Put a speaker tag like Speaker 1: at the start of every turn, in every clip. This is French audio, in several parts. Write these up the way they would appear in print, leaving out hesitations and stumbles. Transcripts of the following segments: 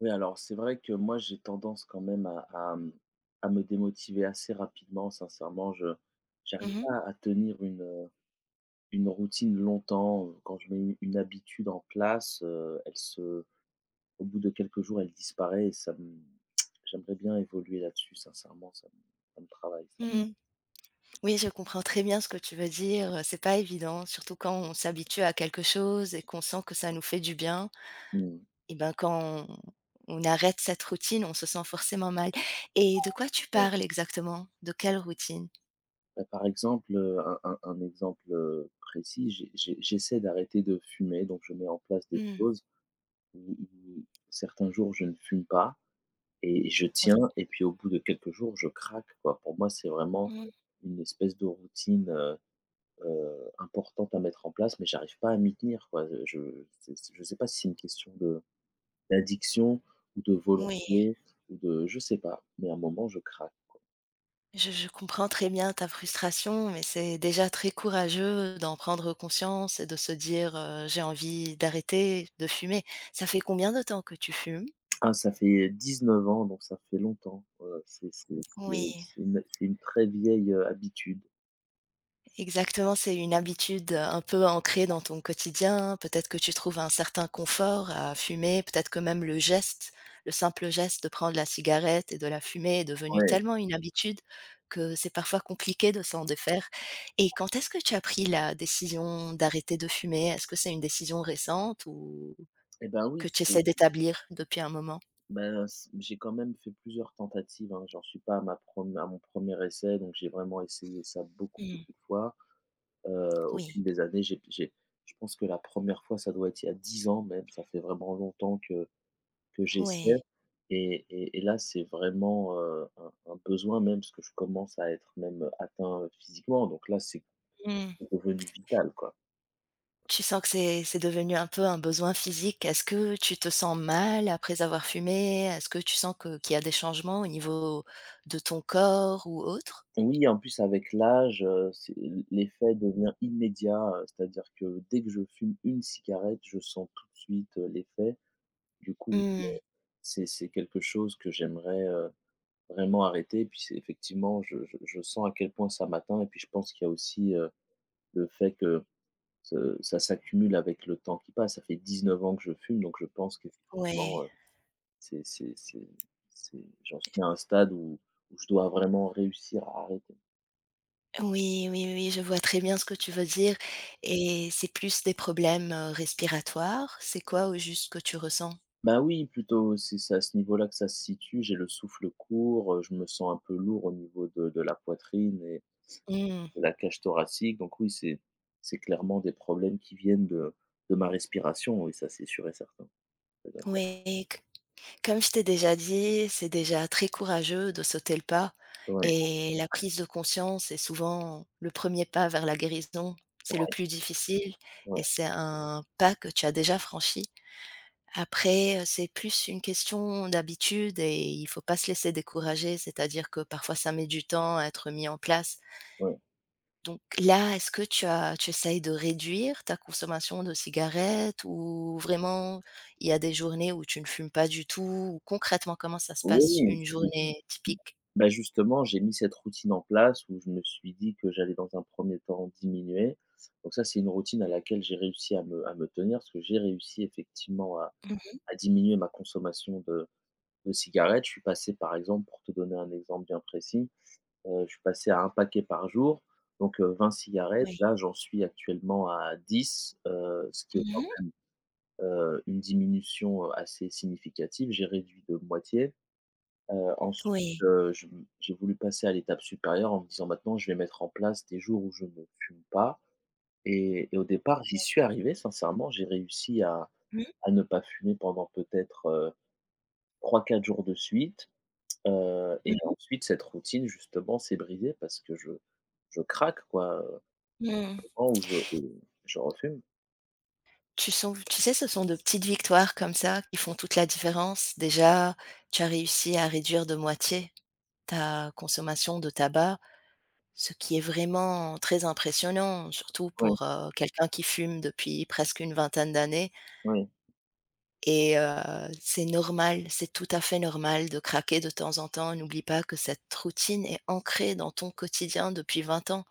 Speaker 1: Oui, alors c'est vrai que moi j'ai tendance quand même à me démotiver assez rapidement sincèrement. Je j'arrive
Speaker 2: Mmh
Speaker 1: pas
Speaker 2: mh.
Speaker 1: à tenir une routine longtemps. Quand je mets u une habitude en place, elle se au bout de quelques jours, elle disparaît et ça me j'aimerais bien évoluer là-dessus sincèrement, ça me travaille ça.
Speaker 2: Mmh. Oui, je comprends très bien ce que tu veux dire, c'est pas évident, surtout quand on s'habitue à quelque chose et qu'on sent que ça nous fait du bien
Speaker 1: Mmh,
Speaker 2: et ben, quand on arrête cette routine, on se sent forcément mal. Et de quoi tu
Speaker 1: ouais.
Speaker 2: parles exactement? De quelle routine?
Speaker 1: Bah, par exemple, un exemple, précis, j'essaie d'arrêter de fumer donc je mets en place des
Speaker 2: Mmh,
Speaker 1: choses où certains jours je ne fume pas. Et je
Speaker 2: oui.
Speaker 1: tiens et puis au bout de quelques jours, je craque quoi. Pour moi, c'est vraiment
Speaker 2: Mmh.
Speaker 1: une espèce de routine, importante à mettre en place, mais j'arrive pas à m'y tenir quoi. Je sais pas si c'est une question de d'addiction ou de
Speaker 2: Oui,
Speaker 1: volonté ou de je sais pas, mais à un moment je craque quoi.
Speaker 2: je comprends très bien ta frustration, mais c'est déjà très courageux d'en prendre conscience et de se dire: «J'ai envie d'arrêter de fumer». Ça fait combien de temps que tu fumes?
Speaker 1: Ah ça fait 19 ans, donc ça fait longtemps. Heu, c'est c'est
Speaker 2: Oui.
Speaker 1: c'est c'est une c'est une très vieille, habitude.
Speaker 2: Exactement, c'est une habitude, un peu ancrée dans ton quotidien. Peut-être que tu trouves un certain confort à fumer, peut-être que même le geste, le simple geste de prendre la cigarette et de la fumer est devenu
Speaker 1: Ouais.
Speaker 2: tellement une habitude que c'est parfois compliqué de s'en défaire. Et quand est-ce que tu as pris la décision d'arrêter de fumer? Est-ce que c'est une décision récente ou
Speaker 1: Et ben oui.
Speaker 2: que tu essaies d'établir depuis un moment?
Speaker 1: Ben, s j'ai quand même fait plusieurs tentatives, hein. J'en suis pas à mon premier essai, donc j'ai vraiment essayé ça beaucoup,
Speaker 2: Mmh.
Speaker 1: beaucoup de fois. Au
Speaker 2: Oui,
Speaker 1: fil des années, j'ai je pense que la première fois, ça doit être il y a 10 ans même, ça fait vraiment longtemps que j'essaie
Speaker 2: ouais.
Speaker 1: et là, c'est vraiment, un besoin même parce que je commence à être même, atteint, physiquement, donc là, c'est devenu vital, quoi.
Speaker 2: Tu sens que c'est devenu un peu un besoin physique. Est-ce que tu te sens mal après avoir fumé? Est-ce que tu sens que qu'il y a des changements au niveau de ton corps ou autre?
Speaker 1: Oui, en plus avec l'âge, c'est l'effet devient immédiat, c'est-à-dire que dès que je fume une cigarette, je sens tout de suite, l'effet. Du coup,
Speaker 2: Mmh,
Speaker 1: c'est quelque chose que j'aimerais, vraiment arrêter. Et puis c'est effectivement, je sens à quel point ça m'atteint et puis je pense qu'il y a aussi, le fait que ce ça s'accumule avec le temps qui passe. Ça fait 19 ans que je fume, donc je pense
Speaker 2: ouais.
Speaker 1: qu'effectivement, c'est c'est c'est c'est j'en suis à un stade où je dois vraiment réussir à arrêter.
Speaker 2: Oui, oui, oui, je vois très bien ce que tu veux dire et c'est plus des problèmes, respiratoires? C'est quoi au juste que tu ressens?
Speaker 1: Bah, oui, plutôt, c'est à ce niveau-là que ça se situe. J'ai le souffle court, je me sens un peu lourd au niveau de la poitrine et
Speaker 2: Mmh,
Speaker 1: de la cage thoracique, donc oui, c'est clairement des problèmes qui viennent de ma respiration, oui, ça, c'est sûr et certain. Ça vient de là.
Speaker 2: oui. Comme je t'ai déjà dit, c'est déjà très courageux de sauter le pas
Speaker 1: Ouais,
Speaker 2: et la prise de conscience est souvent le premier pas vers la guérison. C'est le plus difficile
Speaker 1: ouais,
Speaker 2: et c'est un pas que tu as déjà franchi. Après, c'est plus une question d'habitude et il faut pas se laisser décourager, c'est-à-dire que parfois ça met du temps à être mis en place.
Speaker 1: ouais.
Speaker 2: Donc là, est-ce que tu essayes de réduire ta consommation de cigarettes ou vraiment il y a des journées où tu ne fumes pas du tout? Ou concrètement, comment ça se
Speaker 1: Oui,
Speaker 2: passe une
Speaker 1: oui,
Speaker 2: journée typique?
Speaker 1: bah, justement, j'ai mis cette routine en place où je me suis dit que j'allais dans un premier temps diminuer, donc ça, c'est une routine à laquelle j'ai réussi à me tenir, parce que j'ai réussi effectivement à
Speaker 2: Mmh,
Speaker 1: à diminuer ma consommation de cigarettes, je suis passé par exemple, pour te donner un exemple bien précis, je suis passé à un paquet par jour, donc 20 cigarettes,
Speaker 2: oui.
Speaker 1: là, j'en suis actuellement à 10, ce qui est,
Speaker 2: Mmh.
Speaker 1: une diminution, assez significative. J'ai réduit de moitié. Ensuite,
Speaker 2: Oui.
Speaker 1: je j'ai voulu passer à l'étape supérieure en me disant: «Maintenant, je vais mettre en place des jours où je ne fume pas» et au départ, j'y suis arrivé sincèrement. J'ai réussi à
Speaker 2: Mmh.
Speaker 1: à ne pas fumer pendant peut-être, 3, 4 jours de suite. Et
Speaker 2: Mmh
Speaker 1: ensuite cette routine justement s'est brisée parce que je craque quoi,
Speaker 2: mh. Mmh.
Speaker 1: au moment où je refume.
Speaker 2: Tu sens, tu sais, ce sont de petites victoires comme ça qui font toute la différence. Déjà, tu as réussi à réduire de moitié ta consommation de tabac, ce qui est vraiment très impressionnant, surtout
Speaker 1: Oui,
Speaker 2: pour, quelqu'un qui fume depuis presque une vingtaine d'années.
Speaker 1: oui.
Speaker 2: Et c'est normal, c'est tout à fait normal de craquer de temps en temps. N'oublie pas que cette routine est ancrée dans ton quotidien depuis 20 ans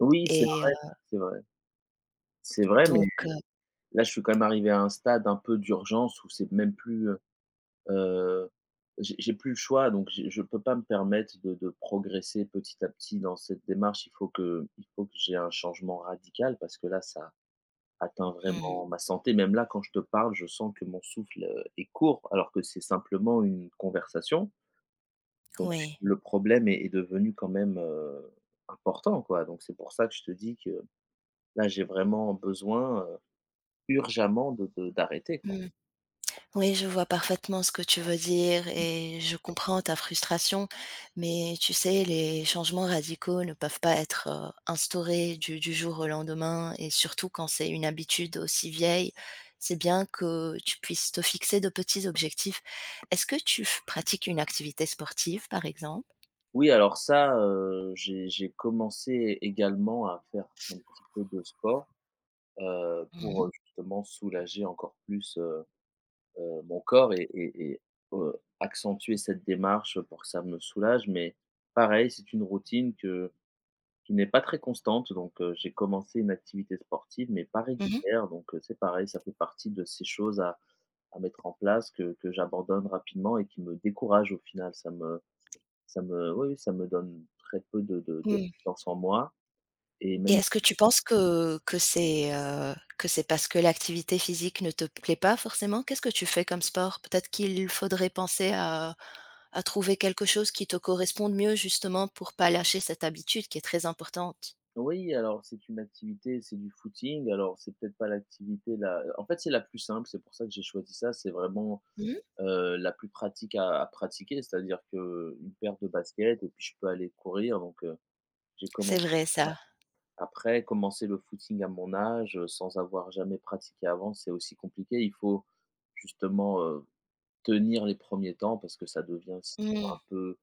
Speaker 1: Oui, c'est
Speaker 2: et
Speaker 1: c'est vrai. C'est vrai, mais
Speaker 2: donc heu,
Speaker 1: là je suis quand même arrivé à un stade un peu d'urgence où c'est même plus, j'ai plus le choix donc j'ai je peux pas me permettre de progresser petit à petit dans cette démarche. Il faut que j'ai un changement radical parce que là ça atteint
Speaker 2: mmh,
Speaker 1: vraiment ma santé. Même là, quand je te parle, je sens que mon souffle, est court, alors que c'est simplement une conversation. Donc c'est
Speaker 2: oui.
Speaker 1: que le problème est devenu quand même, important, quoi. Donc c'est pour ça que je te dis que là, j'ai vraiment besoin, urgemment de d'arrêter, quoi.
Speaker 2: Mmh. Oui, je vois parfaitement ce que tu veux dire et je comprends ta frustration, mais tu sais, les changements radicaux ne peuvent pas être instaurés du jour au lendemain et surtout quand c'est une habitude aussi vieille, c'est bien que tu puisses te fixer de petits objectifs. Est-ce que tu pratiques une activité sportive, par exemple?
Speaker 1: Oui, alors ça, j'ai commencé également à faire un petit peu de sport,
Speaker 2: Mhm,
Speaker 1: pour, justement soulager encore plus, mon corps et accentuer cette démarche pour que ça me soulage, mais pareil, c'est une routine que qui n'est pas très constante, donc j'ai commencé une activité sportive, mais pas régulière, donc c'est pareil, ça fait partie de ces choses à mettre en place que j'abandonne rapidement et qui me décourage au final. Ça me Oui, oui, ça me donne très peu de
Speaker 2: mhm.
Speaker 1: confiance en moi et
Speaker 2: Et
Speaker 1: même
Speaker 2: est-ce que tu penses que c'est, que c'est parce que l'activité physique ne te plaît pas forcément? Qu'est-ce que tu fais comme sport? Peut-être qu'il faudrait penser à trouver quelque chose qui te corresponde mieux justement pour pas lâcher cette habitude qui est très importante.
Speaker 1: si, oui, alors c'est une activité, c'est du footing, alors c'est peut-être pas l'activité la en fait, c'est la plus simple, c'est pour ça que j'ai choisi ça, c'est vraiment
Speaker 2: Mmh,
Speaker 1: la plus pratique à pratiquer. C'est-à-dire que une paire de baskets et puis je peux aller courir donc j'ai
Speaker 2: c'est
Speaker 1: commencé
Speaker 2: vrai ça.
Speaker 1: après commencer le footing à mon âge, sans avoir jamais pratiqué avant, c'est aussi compliqué. Il faut justement, tenir les premiers temps parce que ça devient
Speaker 2: Mmh,
Speaker 1: un peu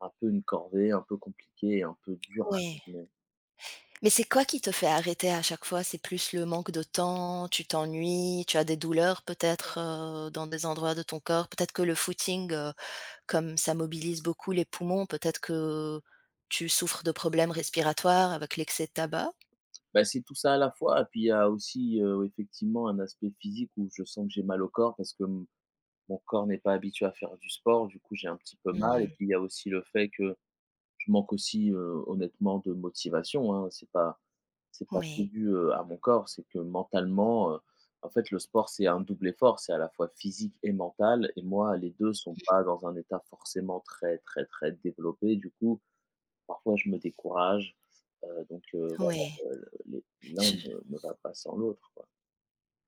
Speaker 1: un peu une corvée, un peu compliqué un peu dur à.
Speaker 2: ouais. Mais c'est quoi qui te fait arrêter à chaque fois? C'est plus le manque de temps, tu t'ennuies, tu as des douleurs peut-être, dans des endroits de ton corps? Peut-être que le footing, comme ça mobilise beaucoup les poumons, peut-être que tu souffres de problèmes respiratoires avec l'excès de tabac?
Speaker 1: Bah, c'est tout ça à la fois et puis il y a aussi, effectivement un aspect physique où je sens que j'ai mal au corps parce que, mon corps n'est pas habitué à faire du sport, du coup j'ai un petit peu mal et
Speaker 2: Mmh.
Speaker 1: puis il y a aussi le fait que je manque aussi, honnêtement de motivation, hein. C'est pas que
Speaker 2: Oui,
Speaker 1: dû, à mon corps, c'est que mentalement, en fait le sport c'est un double effort, c'est à la fois physique et mental et moi les 2 sont pas dans un état forcément très, très, très développé. Du coup, parfois je me décourage, donc
Speaker 2: oui,
Speaker 1: voilà, les l'un
Speaker 2: je
Speaker 1: ne va pas sans l'autre, quoi.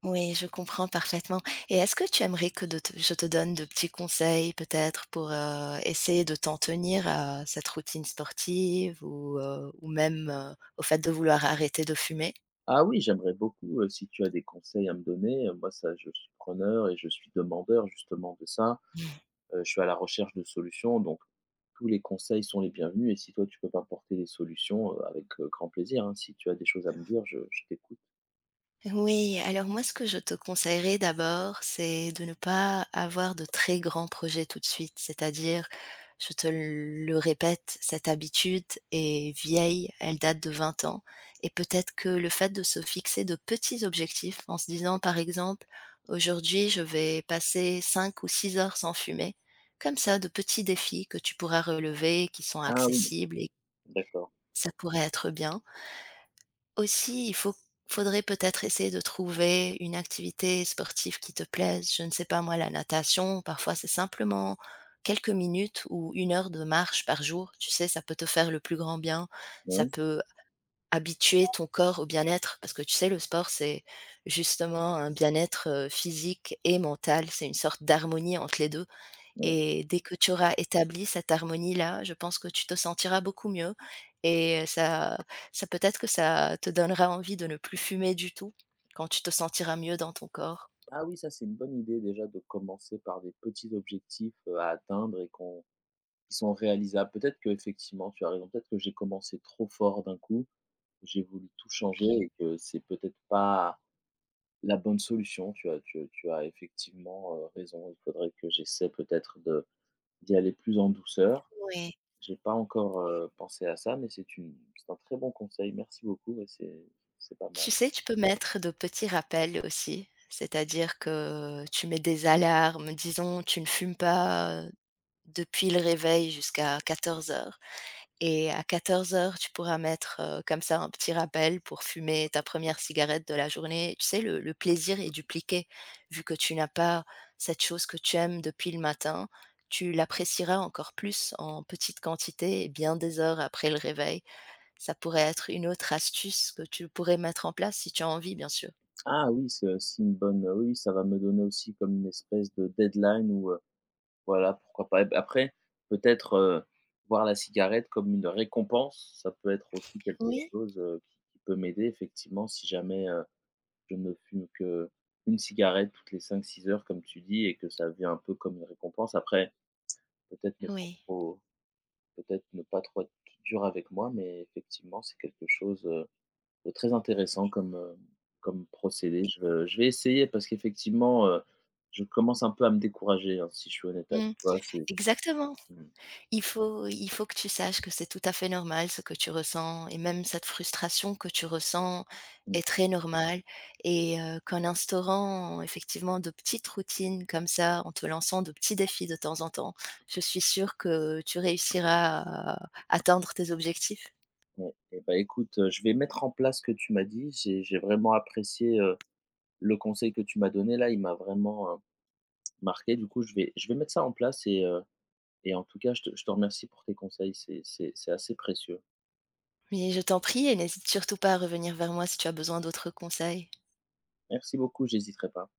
Speaker 2: oui, je comprends parfaitement. Et est-ce que tu aimerais que de te je te donne de petits conseils peut-être pour, essayer de t'en tenir à cette routine sportive ou même, au fait de vouloir arrêter de fumer?
Speaker 1: Ah oui, j'aimerais beaucoup, si tu as des conseils à me donner, moi ça je suis preneur et je suis demandeur justement de ça. Je suis à la recherche de solutions, donc tous les conseils sont les bienvenus et si toi tu peux m'apporter des solutions, avec, grand plaisir, hein. Si tu as des choses à me dire, je t'écoute.
Speaker 2: Oui, alors moi, ce que je te conseillerais d'abord, c'est de ne pas avoir de très grands projets tout de suite. C'est-à-dire, je te le répète, cette habitude est vieille, elle date de 20 ans. Et peut-être que le fait de se fixer de petits objectifs en se disant, par exemple, aujourd'hui, je vais passer 5 ou 6 heures sans fumer, comme ça, de petits défis que tu pourras relever, qui sont
Speaker 1: Ah oui,
Speaker 2: accessibles et
Speaker 1: d'accord.
Speaker 2: ça pourrait être bien. Aussi, il faut faudrait peut-être essayer de trouver une activité sportive qui te plaise. Je ne sais pas moi, la natation, parfois c'est simplement quelques minutes ou une heure de marche par jour. Tu sais, ça peut te faire le plus grand bien. Ça
Speaker 1: Oui,
Speaker 2: peut habituer ton corps au bien-être parce que tu sais, le sport, c'est justement un bien-être, physique et mental. C'est une sorte d'harmonie entre les 2.
Speaker 1: ouais.
Speaker 2: Et dès que tu auras établi cette harmonie-là, je pense que tu te sentiras beaucoup mieux et ça ça peut-être que ça te donnera envie de ne plus fumer du tout, quand tu te sentiras mieux dans ton corps.
Speaker 1: Ah oui, ça c'est une bonne idée déjà de commencer par des petits objectifs, à atteindre et qu'on qui sont réalisables. Peut-être que effectivement, tu as raison, peut-être que j'ai commencé trop fort d'un coup, j'ai voulu tout changer
Speaker 2: Mmh.
Speaker 1: et que c'est peut-être pas la bonne solution. Tu as effectivement, raison. Il faudrait que j'essaie peut-être de d'y aller plus en douceur.
Speaker 2: Ouais.
Speaker 1: J'ai pas encore, pensé à ça, mais c'est un très bon conseil. Merci beaucoup, ouais, c'est pas mal.
Speaker 2: Tu sais, tu peux mettre de petits rappels aussi, c'est-à-dire que tu mets des alarmes, disons, tu ne fumes pas, depuis le réveil jusqu'à 14 heures. Et à 14 heures, tu pourras mettre, comme ça un petit rappel pour fumer ta première cigarette de la journée. Tu sais, le plaisir est dupliqué, vu que tu n'as pas cette chose que tu aimes depuis le matin, tu l'apprécieras encore plus en petite quantité et bien des heures après le réveil. Ça pourrait être une autre astuce que tu pourrais mettre en place si tu as envie, bien sûr.
Speaker 1: Ah oui, c'est aussi une bonne, oui, oui, ça va me donner aussi comme une espèce de deadline ou, voilà, pourquoi pas. Et bah, après, peut-être, voir la cigarette comme une récompense, ça peut être aussi quelque
Speaker 2: Oui,
Speaker 1: chose, qui peut m'aider effectivement si jamais, je me fume que une cigarette toutes les 5, 6 heures comme tu dis et que ça vient un peu comme une récompense. Après, peut-être ne pas
Speaker 2: oui.
Speaker 1: trop peut-être ne pas trop être dur avec moi, mais effectivement, c'est quelque chose, de très intéressant comme procédé. Je vais essayer parce qu'effectivement, je commence un peu à me décourager, hein, si je suis honnête avec
Speaker 2: Mmh,
Speaker 1: toi. C'est
Speaker 2: exactement.
Speaker 1: Mmh,
Speaker 2: Il faut que tu saches que c'est tout à fait normal ce que tu ressens et même cette frustration que tu ressens
Speaker 1: mmh,
Speaker 2: est très normale et qu'en instaurant effectivement de petites routines comme ça, en te lançant de petits défis de temps en temps, je suis sûre que tu réussiras à atteindre tes objectifs.
Speaker 1: ouais. Et ben écoute, je vais mettre en place ce que tu m'as dit. J'ai vraiment apprécié, le conseil que tu m'as donné là. Il m'a vraiment, marqué, du coup, je vais mettre ça en place et en tout cas, je te remercie pour tes conseils, c'est assez précieux.
Speaker 2: Mais je t'en prie et n'hésite surtout pas à revenir vers moi si tu as besoin d'autres conseils.
Speaker 1: Merci beaucoup, j'hésiterai pas.